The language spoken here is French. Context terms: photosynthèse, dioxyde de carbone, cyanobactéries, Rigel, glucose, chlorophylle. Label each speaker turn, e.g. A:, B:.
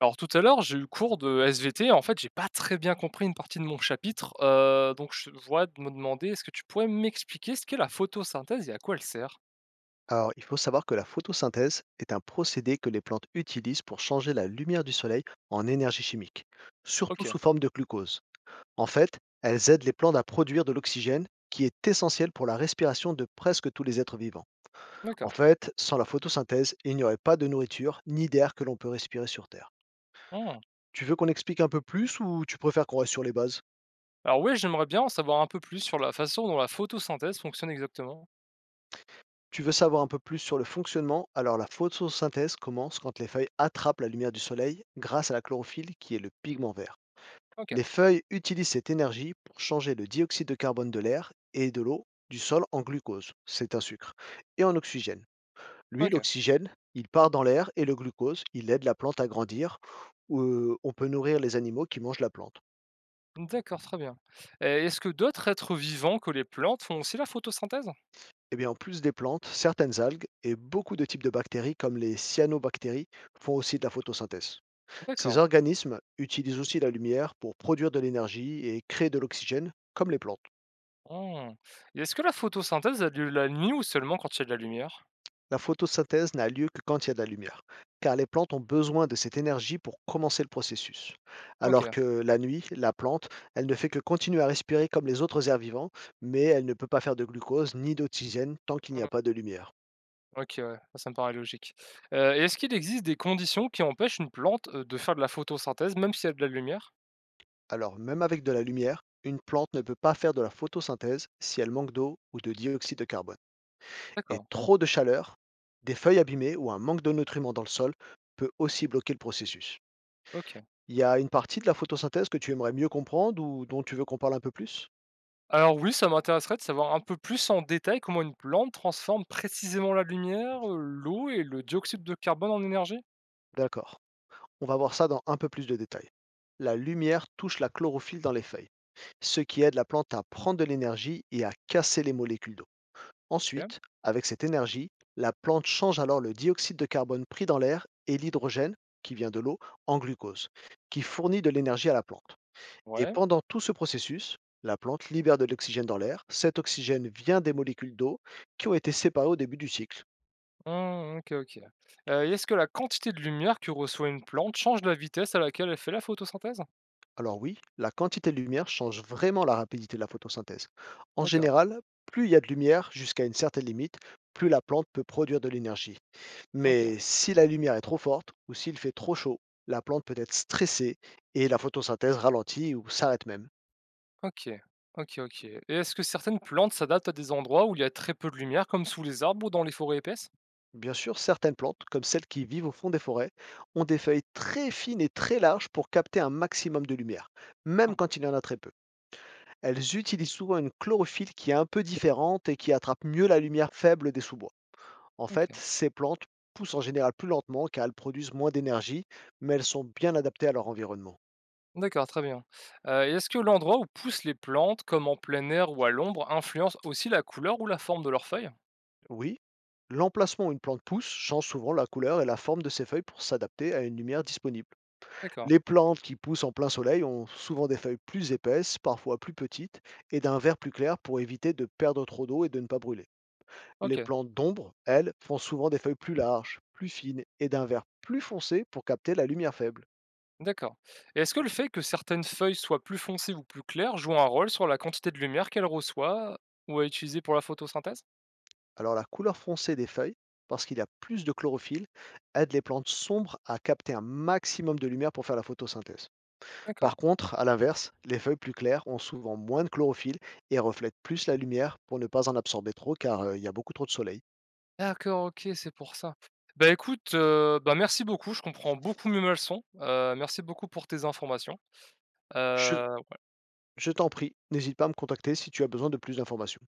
A: Alors tout à l'heure, j'ai eu cours de SVT. En fait, j'ai pas très bien compris une partie de mon chapitre. Donc je vois de me demander, est-ce que tu pourrais m'expliquer ce qu'est la photosynthèse et à quoi elle sert?
B: Alors, il faut savoir que la photosynthèse est un procédé que les plantes utilisent pour changer la lumière du soleil en énergie chimique,
A: Ok,
B: surtout sous forme de glucose. En fait, elles aident les plantes à produire de l'oxygène qui est essentiel pour la respiration de presque tous les êtres vivants. En
A: d'accord.
B: fait, sans la photosynthèse, il n'y aurait pas de nourriture ni d'air que l'on peut respirer sur Terre.
A: Hmm.
B: Tu veux qu'on explique un peu plus ou tu préfères qu'on reste sur les bases?
A: Alors oui, j'aimerais bien en savoir un peu plus sur la façon dont la photosynthèse fonctionne exactement.
B: Tu veux savoir un peu plus sur le fonctionnement? Alors la photosynthèse commence quand les feuilles attrapent la lumière du soleil grâce à la chlorophylle qui est le pigment vert.
A: Ok,
B: Les feuilles utilisent cette énergie pour changer le dioxyde de carbone de l'air et de l'eau du sol en glucose, c'est un sucre, et en oxygène. Lui,
A: ok.
B: l'oxygène, il part dans l'air et le glucose, il aide la plante à grandir. Ou on peut nourrir les animaux qui mangent la plante.
A: D'accord, très bien. Et est-ce que d'autres êtres vivants que les plantes font aussi la photosynthèse?
B: Et bien, en plus des plantes, certaines algues et beaucoup de types de bactéries comme les cyanobactéries font aussi de la photosynthèse. Ces
A: D'accord.
B: organismes utilisent aussi la lumière pour produire de l'énergie et créer de l'oxygène comme les plantes.
A: Hmm. Et est-ce que la photosynthèse a lieu la nuit ou seulement quand il y a de la lumière?
B: La photosynthèse n'a lieu que quand il y a de la lumière, car les plantes ont besoin de cette énergie pour commencer le processus.
A: Ok.
B: Alors que la nuit, la plante, elle ne fait que continuer à respirer comme les autres herbivores, mais elle ne peut pas faire de glucose ni d'oxygène tant qu'il n'y a
A: Mmh.
B: pas de lumière.
A: OK, ouais, ça me paraît logique. Et est-ce qu'il existe des conditions qui empêchent une plante, de faire de la photosynthèse même s'il y a de la lumière?
B: Alors même avec de la lumière, une plante ne peut pas faire de la photosynthèse si elle manque d'eau ou de dioxyde de carbone. Et
A: D'accord,
B: trop de chaleur, des feuilles abîmées ou un manque de nutriments dans le sol peut aussi bloquer le processus.
A: OK.
B: Il y a une partie de la photosynthèse que tu aimerais mieux comprendre ou dont tu veux qu'on parle un peu plus?
A: Alors oui, ça m'intéresserait de savoir un peu plus en détail comment une plante transforme précisément la lumière, l'eau et le dioxyde de carbone en énergie?
B: D'accord. On va voir ça dans un peu plus de détails. La lumière touche la chlorophylle dans les feuilles, ce qui aide la plante à prendre de l'énergie et à casser les molécules d'eau.
A: OK,
B: Ensuite, avec cette énergie, la plante change alors le dioxyde de carbone pris dans l'air et l'hydrogène, qui vient de l'eau, en glucose, qui fournit de l'énergie à la plante. Et
A: ouais.
B: pendant tout ce processus, la plante libère de l'oxygène dans l'air. Cet oxygène vient des molécules d'eau qui ont été séparées au début du cycle.
A: Mmh, OK, OK. Et est-ce que la quantité de lumière que reçoit une plante change la vitesse à laquelle elle fait la photosynthèse?
B: Alors oui, la quantité de lumière change vraiment la rapidité de la photosynthèse. En
A: D'accord,
B: général, plus il y a de lumière jusqu'à une certaine limite, plus la plante peut produire de l'énergie.
A: OK.
B: Mais si la lumière est trop forte ou s'il fait trop chaud, la plante peut être stressée et la photosynthèse ralentit ou s'arrête même.
A: OK. OK, OK. Et est-ce que certaines plantes s'adaptent à des endroits où il y a très peu de lumière, comme sous les arbres ou dans les forêts épaisses?
B: Bien sûr, certaines plantes, comme celles qui vivent au fond des forêts, ont des feuilles très fines et très larges pour capter un maximum de lumière, même
A: Hum,
B: quand il y en a très peu. Elles utilisent souvent une chlorophylle qui est un peu différente et qui attrape mieux la lumière faible des sous-bois. En fait,
A: OK.
B: ces plantes poussent en général plus lentement car elles produisent moins d'énergie, mais elles sont bien adaptées à leur environnement.
A: D'accord, très bien. Et est-ce que l'endroit où poussent les plantes, comme en plein air ou à l'ombre, influence aussi la couleur ou la forme de leurs feuilles?
B: Oui, l'emplacement où une plante pousse change souvent la couleur et la forme de ses feuilles pour s'adapter à une lumière disponible.
A: D'accord.
B: Les plantes qui poussent en plein soleil ont souvent des feuilles plus épaisses, parfois plus petites, et d'un vert plus clair pour éviter de perdre trop d'eau et de ne pas brûler. Les
A: OK.
B: plantes d'ombre, elles, font souvent des feuilles plus larges, plus fines et d'un vert plus foncé pour capter la lumière faible.
A: D'accord. Et est-ce que le fait que certaines feuilles soient plus foncées ou plus claires joue un rôle sur la quantité de lumière qu'elles reçoivent ou à utiliser pour la photosynthèse?
B: Alors la couleur foncée des feuilles, parce qu'il y a plus de chlorophylle, aide les plantes sombres à capter un maximum de lumière pour faire la photosynthèse.
A: D'accord.
B: Par contre, à l'inverse, les feuilles plus claires ont souvent moins de chlorophylle et reflètent plus la lumière pour ne pas en absorber trop car il y a beaucoup trop de soleil.
A: D'accord, OK, c'est pour ça. Écoute, merci beaucoup, je comprends beaucoup mieux ma leçon. Merci beaucoup pour tes informations.
B: Je,
A: Heu
B: je t'en prie, n'hésite pas à me contacter si tu as besoin de plus d'informations.